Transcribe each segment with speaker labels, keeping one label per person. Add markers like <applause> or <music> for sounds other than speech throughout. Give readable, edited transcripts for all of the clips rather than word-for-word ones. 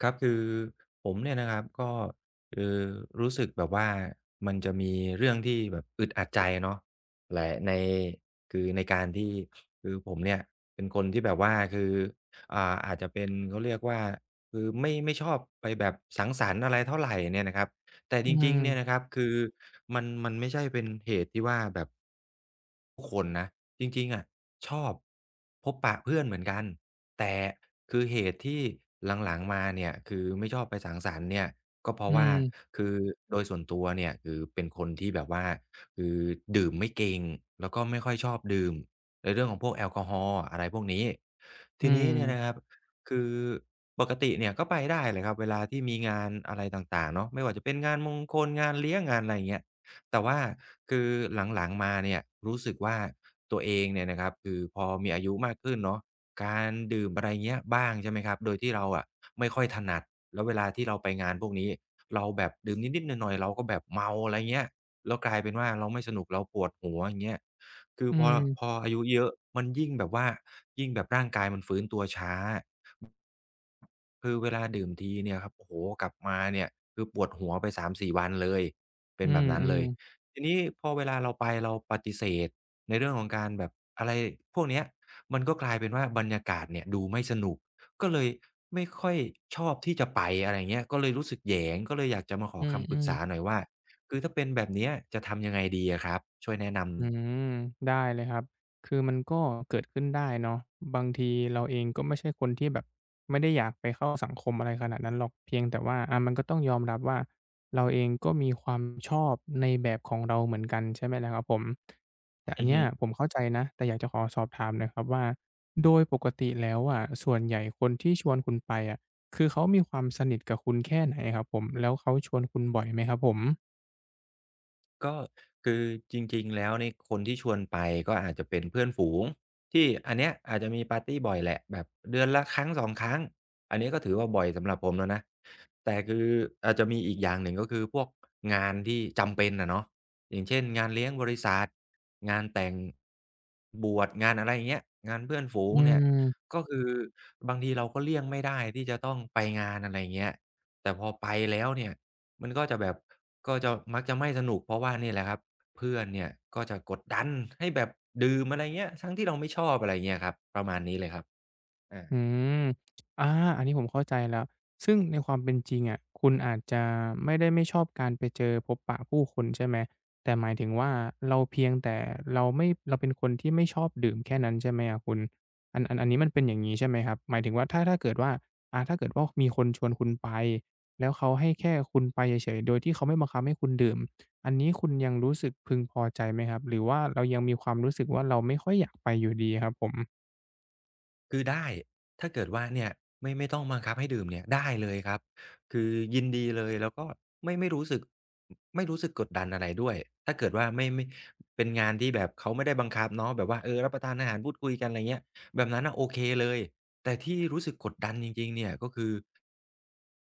Speaker 1: ครับคือผมเนี่ยนะครับก็คือรู้สึกแบบว่ามันจะมีเรื่องที่แบบอึดอัดใจเนาะแหละในคือในการที่คือผมเนี่ยเป็นคนที่แบบว่าคืออ่าอาจจะเป็นเขาเรียกว่าคือไม่ชอบไปแบบสังสรรค์อะไรเท่าไรเนี่ยนะครับ แต่จ
Speaker 2: อื
Speaker 1: ริงๆเนี่ยนะค
Speaker 2: ม
Speaker 1: รับคือมันไม่ใช่เป็นเหตุที่ว่าแบบทุกคนนะจริงๆอะชอบพบปะเพื่อนเหมือนกันแต่คือเหตุที่หลังๆมาเนี่ยคือไม่ชอบไปสังสรรค์เนี่ยก็เพ
Speaker 2: อื
Speaker 1: ราะว่า
Speaker 2: ม
Speaker 1: คือโดยส่วนตัวเนี่ยคือเป็นคนที่แบบว่าคือดื่มไม่เก่งแล้วก็ไม่ค่อยชอบดื่มในเรื่องของพวกแอลกอฮอล์อะไรพวกนี้
Speaker 2: อื
Speaker 1: ทีนี้เนี่ยนะค
Speaker 2: ม
Speaker 1: รับคือ ปกติเนี่ยก็ไปได้เลยครับเวลาที่มีงานอะไรต่างๆเนาะไม่ว่าจะเป็นงานมงคลงานเลี้ยงงานอะไรอย่างเงี้ยแต่ว่าคือหลังๆมาเนี่ยรู้สึกว่าตัวเองเนี่ยนะครับคือพอมีอายุมากขึ้นเนาะการดื่มอะไรเงี้ยบ้างใช่ไหมครับโดยที่เราอะไม่ค่อยถนัดแล้วเวลาที่เราไปงานพวกนี้เราแบบดื่มนิดๆหน่อยๆเราก็แบบเมาอะไรเงี้ยแล้วกลายเป็นว่าเราไม่สนุกเราปวดหัวอย่างเงี้ยคือ
Speaker 2: อื
Speaker 1: พอพ
Speaker 2: ม
Speaker 1: ออายุเยอะมันยิ่งแบบว่ายิ่งแบบร่างกายมันฟื้นตัวช้า คือเวลาดื่มทีเนี่ยครับโอ้โฮกลับมาเนี่ยคือปวดหัวไป3-4วันเลยเป็
Speaker 2: อื
Speaker 1: นแบบนั้นเลย
Speaker 2: ม
Speaker 1: ทีนี้พอเวลาเราไปเราปฏิเสธในเรื่องของการแบบอะไรพวกเนี้ยมันก็กลายเป็นว่าบรรยากาศเนี่ยดูไม่สนุกก็เลยไม่ค่อยชอบที่จะไปอะไรอย่างเงี้ยก็เลยรู้สึกแหยงก็เลยอยากจะมาข
Speaker 2: ๆ
Speaker 1: อ
Speaker 2: อื
Speaker 1: คำปรึก
Speaker 2: ม
Speaker 1: ษา
Speaker 2: ๆ
Speaker 1: หน่อยว่าคือถ้าเป็นแบบเนี้ยจะทำยังไงดีอะครับช่วยแนะนำ
Speaker 2: อืมได้เลยครับคือมันก็เกิดขึ้นได้เนาะบางทีเราเองก็ไม่ใช่คนที่แบบไม่ได้อยากไปเข้าสังคมอะไรขนาดนั้นหรอกเพียงแต่ว่ามันก็ต้องยอมรับว่าเราเองก็มีความชอบในแบบของเราเหมือนกันใช่ไหมล่ะครับผมแต่อั
Speaker 1: อื
Speaker 2: น
Speaker 1: อ
Speaker 2: เนี้
Speaker 1: ฮึ
Speaker 2: ยผมเข้าใจนะแต่อยากจะขอสอบถามหน่อยครับว่าโดยปกติแล้วอะส่วนใหญ่คนที่ชวนคุณไปอะคือเขามีความสนิทกับคุณแค่ไหนครับผมแล้วเขาชวนคุณบ่อยไหมครับผม
Speaker 1: ก็คือจริงๆแล้วในคนที่ชวนไปก็อาจจะเป็นเพื่อนฝูงที่อันเนี้ยอาจจะมีปาร์ตีบ่อยแหละแบบเดือนละครั้ง2ครั้งอันนี้ก็ถือว่าบ่อยสำหรับผมแล้วนะแต่คืออาจจะมีอีกอย่างหนึ่งก็คือพวกงานที่จำเป็นอะเนาะอย่างเช่นงานเลี้ยงบริษัทงานแต่งบวชงานอะไรอย่างเงี้ยงานเพื่อนฝู
Speaker 2: อื
Speaker 1: งเนี่ย
Speaker 2: ม
Speaker 1: ก็คือบางทีเราก็เลี่ยงไม่ได้ที่จะต้องไปงานอะไรอย่างเงี้ยแต่พอไปแล้วเนี่ย มันก็จะแบบก็จะมักจะไม่สนุกเพราะว่าเนี่ยแหละครับเพื่อนเนี่ยก็จะกดดันให้แบบดื่มอะไรเงี้ยทั้งที่เราไม่ชอบอะไรเงี้ยครับประมาณนี้เลยครับอา
Speaker 2: อืมอาอันนี้ผมเข้าใจแล้วซึ่งในความเป็นจริงอะคุณอาจจะไม่ได้ไม่ชอบการไปเจอพบปะผู้คนใช่ไหมแต่หมายถึงว่าเราเพียงแต่เราเป็นคนที่ไม่ชอบดื่มแค่นั้นใช่ไหมอะคุณอันนี้มันเป็นอย่างงี้ใช่ไหมครับหมายถึงว่าถ้าเกิดว่าถ้าเกิดว่ามีคนชวนคุณไป แล้วเขาให้แค่คุณไปเฉยๆโดยที่เขาไม่บังคับให้คุณดื่มอันนี้คุณยังรู้สึกพึงพอใจไหมครับหรือว่าเรายังมีความรู้สึกว่าเราไม่ค่อยอยากไปอยู่ดีครับผม
Speaker 1: คือได้ถ้าเกิดว่าเนี่ยไม่ต้องบังคับให้ดื่มเนี่ยได้เลยครับคือยินดีเลยแล้วก็ไม่รู้สึกไม่รู้สึกกดดันอะไรด้วยถ้าเกิดว่าไม่เป็นงานที่แบบเขาไม่ได้บังคับเนาะแบบว่าเออรับประทานอาหารพูดคุยกันอะไรเงี้ยแบบนั้นน่ะโอเคเลยแต่ที่รู้สึกกดดันจริงๆเนี่ยก็คือ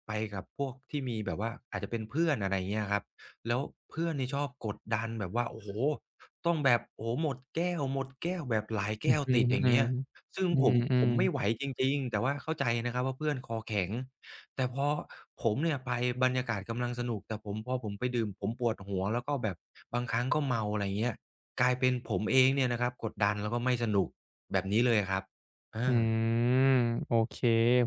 Speaker 1: ไปกับพวกที่มีแบบว่าอาจจะเป็นเพื่อนอะไรเงี้ยครับแล้วเพื่อนนี่ชอบกดดันแบบว่าโอ้โฮต้องแบบโอ้โฮหมดแก้วหมดแก้วแบบหลาย
Speaker 2: อื
Speaker 1: แก้
Speaker 2: ม
Speaker 1: ว
Speaker 2: อืม
Speaker 1: ติดอย่าง
Speaker 2: อื
Speaker 1: เงี้ย ซึ่งผ
Speaker 2: ม
Speaker 1: ม
Speaker 2: อื
Speaker 1: ผ
Speaker 2: ม
Speaker 1: มไม่ไหวจริงๆแต่ว่าเข้าใจนะครับว่าเพื่อนคอแข็งแต่พอผมเนี่ยไปบรรยากาศกำลังสนุกแต่ผมพอผมไปดื่มผมปวดหัวแล้วก็แบบบางครั้งก็เมาอะไรเงี้ยกลายเป็นผมเองเนี่ยนะครับกดดันแล้วก็ไม่สนุกแบบนี้เลยอะครับอา
Speaker 2: อืมโอเค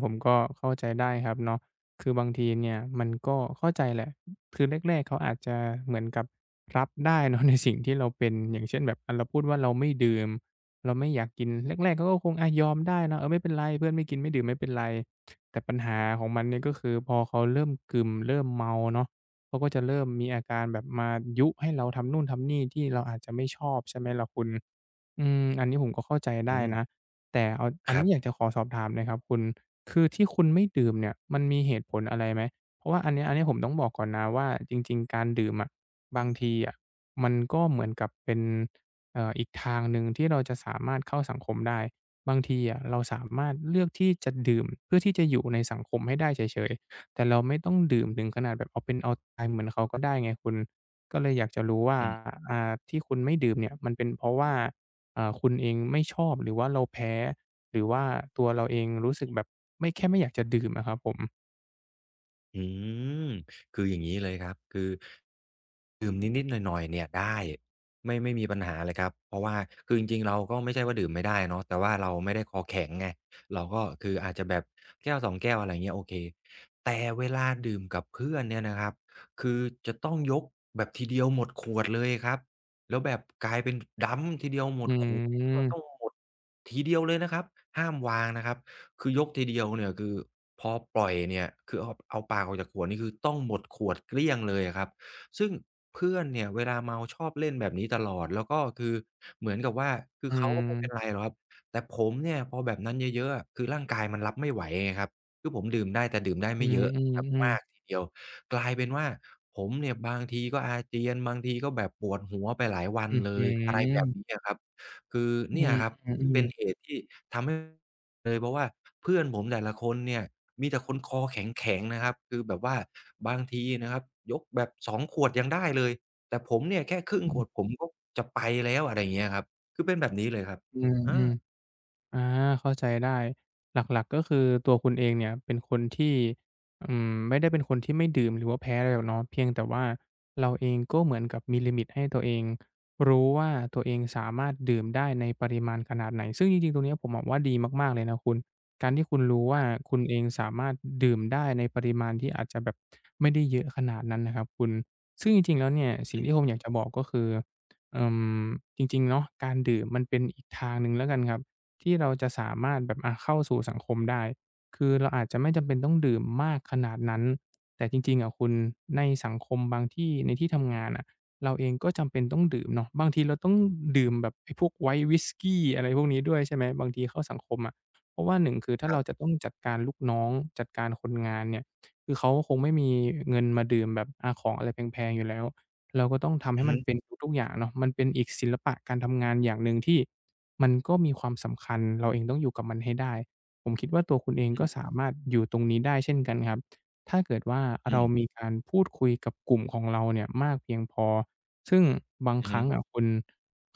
Speaker 2: ผมก็เข้าใจได้ครับเนาะคือบางทีเนี่ยมันก็เข้าใจแหละคือแรกๆเขาอาจจะเหมือนกับรับได้เนาะ <laughs> ในสิ่งที่เราเป็นอย่างเช่นแบบเราพูดว่าเราไม่ดื่มเราไม่อยากกินแรกๆเขาก็คงอะยอมได้เนาะเออไม่เป็นไรเพื่อนไม่กินไม่ดื่มไม่เป็นไรแต่ปัญหาของมันเนี่ยก็คือพอเขาเริ่มกึ่มเริ่มเมาเนาะเขาก็จะเริ่มมีอาการแบบมายุให้เราทำนู่นทำนี่ที่เราอาจจะไม่ชอบใช่ไหมล่ะคุณ อืมอันนี้ผมก็เข้าใจ
Speaker 1: อื
Speaker 2: ได้นะ
Speaker 1: ม
Speaker 2: แต่เอาอั
Speaker 1: ค
Speaker 2: น
Speaker 1: รั
Speaker 2: นี้อยาก
Speaker 1: บ
Speaker 2: จะขอสอบถามหน่อยครับคุณคือที่คุณไม่ดื่มเนี่ยมันมีเหตุผลอะไรไหมเพราะว่าอันเนี้ยอันนี้ผมต้องบอกก่อนนะว่าจริงๆการดื่มอะบางทีอะมันก็เหมือนกับเป็นอีกทางหนึ่งที่เราจะสามารถเข้าสังคมได้บางทีอะเราสามารถเลือกที่จะดื่มเพื่อที่จะอยู่ในสังคมให้ได้เฉยๆแต่เราไม่ต้องดื่มถึงขนาดแบบเอาเป็นเอาตายเหมือนเขาก็ได้ไงคุณก็เลยอยากจะรู้ว่า
Speaker 1: อือ
Speaker 2: ที่คุณไม่ดื่มเนี่ยมันเป็นเพราะว่า คุณเองไม่ชอบหรือว่าเราแพ้หรือว่าตัวเราเองรู้สึกแบบไม่แค่ไม่อยากจะดื่มอะครับผม
Speaker 1: อืมคืออย่างนี้เลยครับคือดื่มนิดๆหน่อยๆเนี่ยได้ไม่มีปัญหาเลยครับเพราะว่าคือจริงๆเราก็ไม่ใช่ว่าดื่มไม่ได้เนาะแต่ว่าเราไม่ได้คอแข็งไงเราก็คืออาจจะแบบแก้วสองแก้วอะไรอย่างเงี้ยโอเคแต่เวลาดื่มกับเพื่อนเนี่ยนะครับคือจะต้องยกแบบทีเดียวหมดขวดเลยครับแล้วแบบกลายเป็นดัมป์ทีเดียวหม
Speaker 2: อื
Speaker 1: ดขวดก็ต้อง
Speaker 2: ม
Speaker 1: หมดทีเดียวเลยนะครับห้ามวางนะครับ คือยกทีเดียวเนี่ยคือพอปล่อยเนี่ยคือเอาปากออกจากขวดนี่คือต้องหมดขวดเกลี้ยงเลยอะครับซึ่งเพื่อนเนี่ยเวลาเมาชอบเล่นแบบนี้ตลอดแล้วก็คือเหมือนกับว่าคือ
Speaker 2: อื
Speaker 1: เขาก็ไม่เป็นไร
Speaker 2: ม
Speaker 1: หรอกครับแต่ผมเนี่ยพอแบบนั้นเยอะๆอะคือร่างกายมันรับไม่ไหวไงครับคือผมดื่มได้แต่ดื่มได้
Speaker 2: อื
Speaker 1: ไม่เยอะแบบ
Speaker 2: ม
Speaker 1: มาก
Speaker 2: ๆๆ
Speaker 1: ทีเดียวกลายเป็นว่าผมเนี่ยบางทีก็อาเจียนบางทีก็แบบปวดหัวไปหลายวัน
Speaker 2: อื้อ
Speaker 1: เล
Speaker 2: ฮื
Speaker 1: ยอะไรแบ
Speaker 2: อ
Speaker 1: บนี้อะครับคือ
Speaker 2: อื
Speaker 1: เนี่ย
Speaker 2: ม
Speaker 1: ครับที่เป็นเห
Speaker 2: ๆๆ
Speaker 1: ตุที่ทำให้ เลยเพราะว่าเพื่อนผมแต่ละคนเนี่ยมีแต่คนคอแข็งๆนะครับคือแบบว่าบางทีนะครับยกแบบ2ขวดยังได้เลยแต่ผมเนี่ยแค่ครึ่งข
Speaker 2: อ
Speaker 1: วดผมก็จะไปแล้วอะไรอย่างเงี้ยครับคือเป็นแบบนี้เลยครับ
Speaker 2: ือ
Speaker 1: อา
Speaker 2: ๆ อาเข้าใจได้หลักๆก็คือตัวคุณเองเนี่ยเป็นคนที่ไม่ได้เป็นคนที่ไม่ดื่มหรือว่าแพ้อะไรหรอกเนาะเพียงแต่ว่าเราเองก็เหมือนกับมีลิมิตให้ตัวเองรู้ว่าตัวเองสามารถดื่มได้ในปริมาณขนาดไหนซึ่งจริงๆตรงเนี้ยผมมองว่าดีมากๆเลยนะคุณการที่คุณรู้ว่าคุณเองสามารถดื่มได้ในปริมาณที่อาจจะแบบไม่ได้เยอะขนาดนั้นนะครับคุณซึ่งจริงๆแล้วเนี่ยสิ่งที่ผมอยากจะบอกก็คือเอ่อจริงๆเนาะการดื่มมันเป็นอีกทางหนึ่งแล้วกันครับ ที่เราจะสามารถแบบอะเข้าสู่สังคมได้คือเราอาจจะไม่จำเป็นต้องดื่มมากขนาดนั้น แต่จริงๆอะคุณในสังคมบางที่ในที่ทำงานอะเราเองก็จำเป็นต้องดื่มเนาะบางทีเราต้องดื่มแบบไอ้พวก White Whisky อะไรพวกนี้ด้วยใช่ไหมบางทีเข้าสังคมอะเพราะว่า1คือถ้า
Speaker 1: ครั
Speaker 2: เรา
Speaker 1: บ
Speaker 2: จะต้องจัดการลูกน้องจัดการคนงานเนี่ยคือเขาคงไม่มีเงินมาดื่มแบบของอะไรแพงๆอยู่แล้วเราก็ต้องทำ
Speaker 1: อื
Speaker 2: ให้
Speaker 1: อ
Speaker 2: มั
Speaker 1: ฮึ
Speaker 2: นเป็น
Speaker 1: ๆ
Speaker 2: ทุกๆอย่างเนาะมันเป็นอีกศิลปะการทำงานอย่างหนึ่งที่ มันก็มีความสำคัญเราเองต้องอยู่กับมันให้ได้ผมคิดว่าตัวคุณเองก็
Speaker 1: อื
Speaker 2: สามารถอยู่ตรงนี้ได้เช่นกันครับถ้าเกิดว่าเรา
Speaker 1: ม
Speaker 2: มีการพูดคุยกับกลุ่มของเราเนี่ยมากเพียงพอซึ่งบาง
Speaker 1: อื
Speaker 2: ค
Speaker 1: อฮึ
Speaker 2: รั้งอะคุณ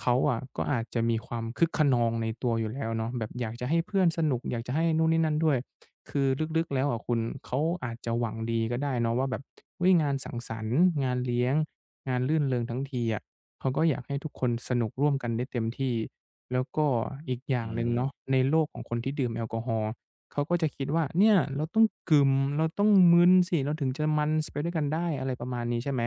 Speaker 2: เขาอะก็อาจจะมีความคึกคะนองในตัวอยู่แล้วเนาะแบบอยากจะให้เพื่อนสนุกอยากจะให้นู่นนี่นั่นด้วยคือลึกๆแล้วอะคุณเขาอาจจะหวังดีก็ได้เนาะว่าแบบอุ๊ยงานสังสรรค์งานเลี้ยงงานรื่นเริงทั้งทีอะเขาก็อยากให้ทุกคนสนุกร่วมกันได้เต็มที่ แล้วก็อีกอย่าง
Speaker 1: อื
Speaker 2: หนึ่งเนาะ
Speaker 1: ม
Speaker 2: ในโลกของคนที่ดื่มแอลกอฮอล์เขาก็จะคิดว่าเนี่ยเราต้องกึ่มเราต้องมึนสิเราถึงจะมันส์ไปด้วยกันได้อะไรประมาณนี้ใช่ไหม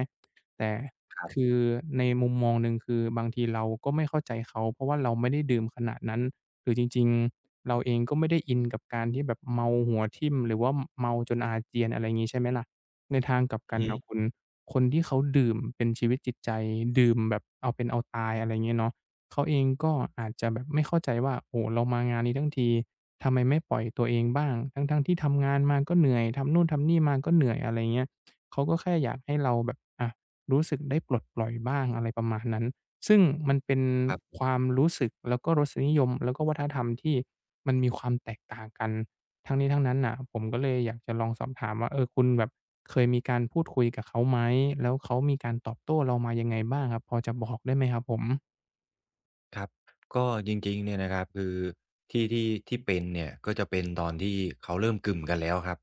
Speaker 2: แต่
Speaker 1: ครั
Speaker 2: คื
Speaker 1: บ
Speaker 2: อในมุมมองหนึ่งคือบางทีเราก็ไม่เข้าใจเขาเพราะว่าเราไม่ได้ดื่มขนาดนั้นหรือจริงๆเราเองก็ไม่ได้อินกับการที่แบบเมาหัวทิ่มหรือว่าเมาจนอาเจียนอะไรงี้ใช่ไหมล่ะในทางกลับ
Speaker 1: อื
Speaker 2: กั
Speaker 1: อ
Speaker 2: น
Speaker 1: ฮึ
Speaker 2: น่ะคุณคนที่เขาดื่มเป็นชีวิตจิตใจดื่มแบบเอาเป็นเอาตายอะไรงี้เนาะ เขาเองก็อาจจะแบบไม่เข้าใจว่าโอ้เรามางานนี้ทั้งทีทำไมไม่ปล่อยตัวเองบ้างทั้งๆที่ทำงานมาก็เหนื่อยทำนู่นทำนี่มาก็เหนื่อยอะไรเงี้ยเขาก็แค่อยากให้เราแบบอะรู้สึกได้ปลดปล่อยบ้างอะไรประมาณนั้นซึ่งมันเป็น
Speaker 1: ครั
Speaker 2: ค
Speaker 1: บ
Speaker 2: วามรู้สึกแล้วก็รสนิยมแล้วก็วัฒนธรรมที่มันมีความแตกต่างกันทั้งนี้ทั้งนั้นน่ะผมก็เลยอยากจะลองสอบถามว่าเออคุณแบบเคยมีการพูดคุยกับเขาไหมแล้วเขามีการตอบโต้เรามายังไงบ้างครับพอจะบอกได้ไหมครับผม
Speaker 1: ครับก็จริงๆเนี่ยนะครับคือที่เป็นเนี่ยก็จะเป็นตอนที่เขาเริ่มกึ่มกันแล้วครับ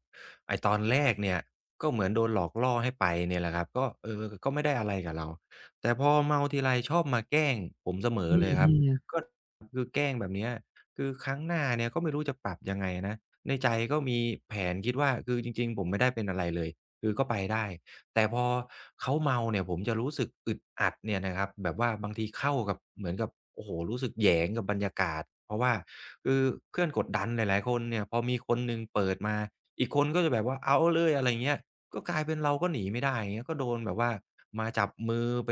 Speaker 1: ไอ้ตอนแรกเนี่ยก็เหมือนโดนหลอกล่อให้ไปเนี่ยแหละครับก็เออก็ไม่ได้อะไรกับเราแต่พอเมาทีไรชอบมาแกล้งผมเสม
Speaker 2: อื
Speaker 1: อเล
Speaker 2: ม
Speaker 1: ยค
Speaker 2: อื
Speaker 1: รับ
Speaker 2: ม
Speaker 1: ก็คือแกล้งแบบเนี้ยคือครั้งหน้าเนี่ยก็ไม่รู้จะปรับยังไงนะในใจก็มีแผนคิดว่าคือจริงๆผมไม่ได้เป็นอะไรเลยคือก็ไปได้ แต่พอเขาเมาเนี่ยผมจะรู้สึกอึดอัดเนี่ยนะครับแบบว่าบางทีเข้ากับเหมือนกับโอ้โฮรู้สึกแหยงกับบรรยากาศเพราะว่าคือเพื่อนกดดันหลายๆคนเนี่ยพอมีคนหนึ่งเปิดมาอีกคนก็จะแบบว่าเอาเลยอะไรเงี้ยก็กลายเป็นเราก็หนีไม่ได้อย่างเงี้ยก็โดนแบบว่ามาจับมือไป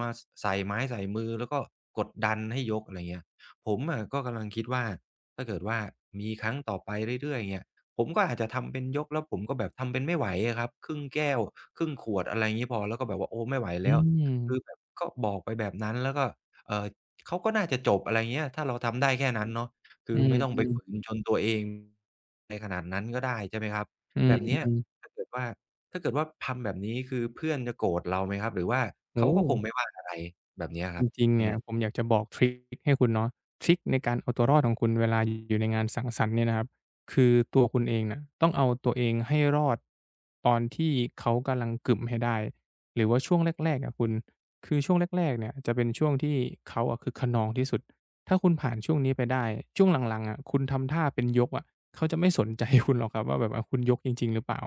Speaker 1: มาสใส่ไม้ใส่มือแล้วก็กดดันให้ยกอะไรเงี้ยผมอะก็กำลังคิดว่าถ้าเกิดว่ามีครั้งต่อไปเรื่อยๆเนี่ย ผมก็อาจจะทำเป็นยกแล้วผมก็แบบทำเป็นไม่ไหวอะครับครึ่งแก้วครึ่งขวดอะไรงี้พอแล้วก็แบบว่าโอ้ไม่ไหว
Speaker 2: อื
Speaker 1: แล้ว
Speaker 2: ม
Speaker 1: คือแบบก็บอกไปแบบนั้นแล้วก็เอ่อเขาก็น่าจะจบอะไรเงี้ยถ้าเราทำได้แค่นั้นเนาะคือ
Speaker 2: อืม
Speaker 1: ไม่ต้อง
Speaker 2: อื
Speaker 1: ไป
Speaker 2: ม
Speaker 1: ฝืนจนตัวเองในขนาดนั้นก็ได้ใช่ไหมครับ
Speaker 2: อืม
Speaker 1: แบบเนี้ย
Speaker 2: อืม
Speaker 1: ถ้าเกิดว่าถ้าเกิดว่าทำแบบนี้คือเพื่อนจะโกรธเราไหมครับหรือว่าเขา
Speaker 2: โอ้
Speaker 1: ก็คงไม่
Speaker 2: โฮ
Speaker 1: ว่าอะไรแบบเนี้ยค
Speaker 2: จ
Speaker 1: รับ
Speaker 2: ริงๆ
Speaker 1: อือ
Speaker 2: เนี่
Speaker 1: ฮึ
Speaker 2: ยผมอยากจะบอกทริกให้คุณเนาะทริกในการเอาตัวรอดของคุณเวลาอยู่ในงานสังสรรค์เนี่ยนะครับคือตัวคุณเองน่ะต้องเอาตัวเองให้รอดตอนที่เขากำลังกึ่มให้ได้หรือว่าช่วงแรกๆอะคุณคือช่วงแรกๆเนี่ยจะเป็นช่วงที่เขาอะคึกคะนองที่สุดถ้าคุณผ่านช่วงนี้ไปได้ช่วงหลังๆอะคุณทำท่าเป็นยกอะเขาจะไม่สนใจคุณหรอกครับว่าแบบอาคุณยกจริงๆหรือเปล่า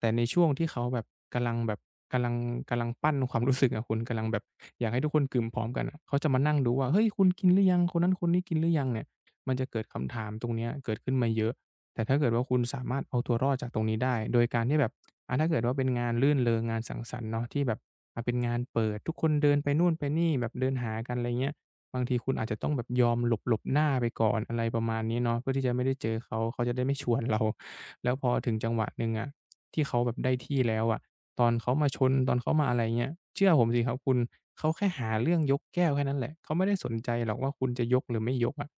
Speaker 2: แต่ในช่วงที่เขาแบบกำลังแบบกำลังกำลังปั้นความรู้สึกอะคุณกำลังแบบอยากให้ทุกคนกลืมพร้อมกันอะเขาจะมานั่งดูว่าเฮ้ยคุณกินหรือยังคนนั้นคนนี้กินหรือยังเนี่ยมันจะเกิดคำถามตรงเนี้ยเกิดขึ้นมาเยอะแต่ถ้าเกิดว่าคุณสามารถเอาตัวรอดจากตรงนี้ได้โดยการที่แบบอาถ้าเกิดว่าเป็นงานรื่นเริงงานสังสรรค์เนาะที่แบบอ่าเป็นงานเปิดทุกคนเดินไปนู่นไปนี่แบบเดินหากันอะไรเงี้ยบางทีคุณอาจจะต้องแบบยอมหลบๆหน้าไปก่อนอะไรประมาณนี้เนาะเพื่อที่จะไม่ได้เจอเขาเขาจะได้ไม่ชวนเราแล้วพอถึงจังหวะหนึ่งอะ ที่เขาแบบได้ที่แล้วอะตอนเขามาชนตอนเขามาอะไรเงี้ยเชื่อผมสิครับคุณเขาแค่หาเรื่องยกแก้วแค่นั้นแหละเขาไม่ได้สนใจหรอกว่าคุณจะยกหรือไม่ยกอะ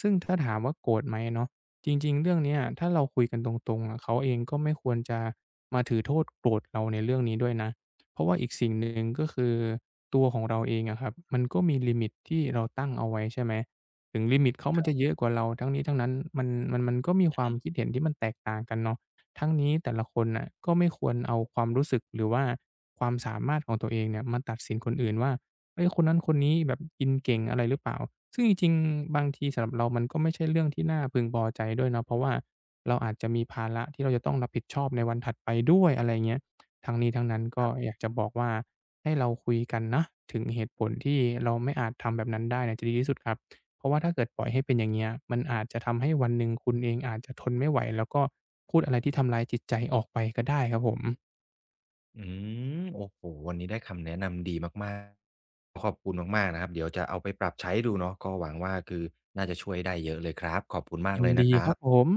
Speaker 2: ซึ่งถ้าถามว่าโกรธไหมเนาะจริงๆเรื่องเนี้ยถ้าเราคุยกันตรงๆอะเขาเองก็ไม่ควรจะมาถือโทษโกรธเราในเรื่องนี้ด้วยนะเพราะว่าอีกสิ่งหนึ่งก็คือตัวของเราเองอะครับมันก็มีลิมิตที่เราตั้งเอาไว้ใช่ไหมถึงลิมิตเขามันจะเยอะกว่าเราทั้งนี้ทั้งนั้นมันก็มีความคิดเห็นที่มันแตกต่างกันเนาะ ทั้งนี้แต่ละคนน่ะก็ไม่ควรเอาความรู้สึกหรือว่าความสามารถของตัวเองเนี่ยมาตัดสินคนอื่นว่าเฮ้ยคนนั้นคนนี้แบบกินเก่งอะไรหรือเปล่าซึ่งจริงๆบางทีสำหรับเรามันก็ไม่ใช่เรื่องที่น่าพึงพอใจด้วยเนาะเพราะว่าเราอาจจะมีภาระที่เราจะต้องรับผิดชอบในวันถัดไปด้วยอะไรเงี้ยทั้งนี้ทั้งนั้นก็อยากจะบอกว่าให้เราคุยกันนะถึงเหตุผลที่เราไม่อาจทำแบบนั้นได้เนี่ยจะดีที่สุดครับ เพราะว่าถ้าเกิดปล่อยให้เป็นอย่างเงี้ยมันอาจจะทำให้วันหนึ่งคุณเองอาจจะทนไม่ไหวแล้วก็พูดอะไรที่ทำร้ายจิตใจออกไปก็ได้ครับผม
Speaker 1: อืมโอ้โหวันนี้ได้คำแนะนำดีมากๆขอบคุณมากๆนะครับเดี๋ยวจะเอาไปปรับใช้ดูเนาะก็หวังว่าคือน่าจะช่วยได้เยอะเลยครับขอบคุณมาก
Speaker 2: ยิน
Speaker 1: เลยนะ
Speaker 2: ดี
Speaker 1: ค
Speaker 2: ค
Speaker 1: รั
Speaker 2: รั
Speaker 1: บ
Speaker 2: บผม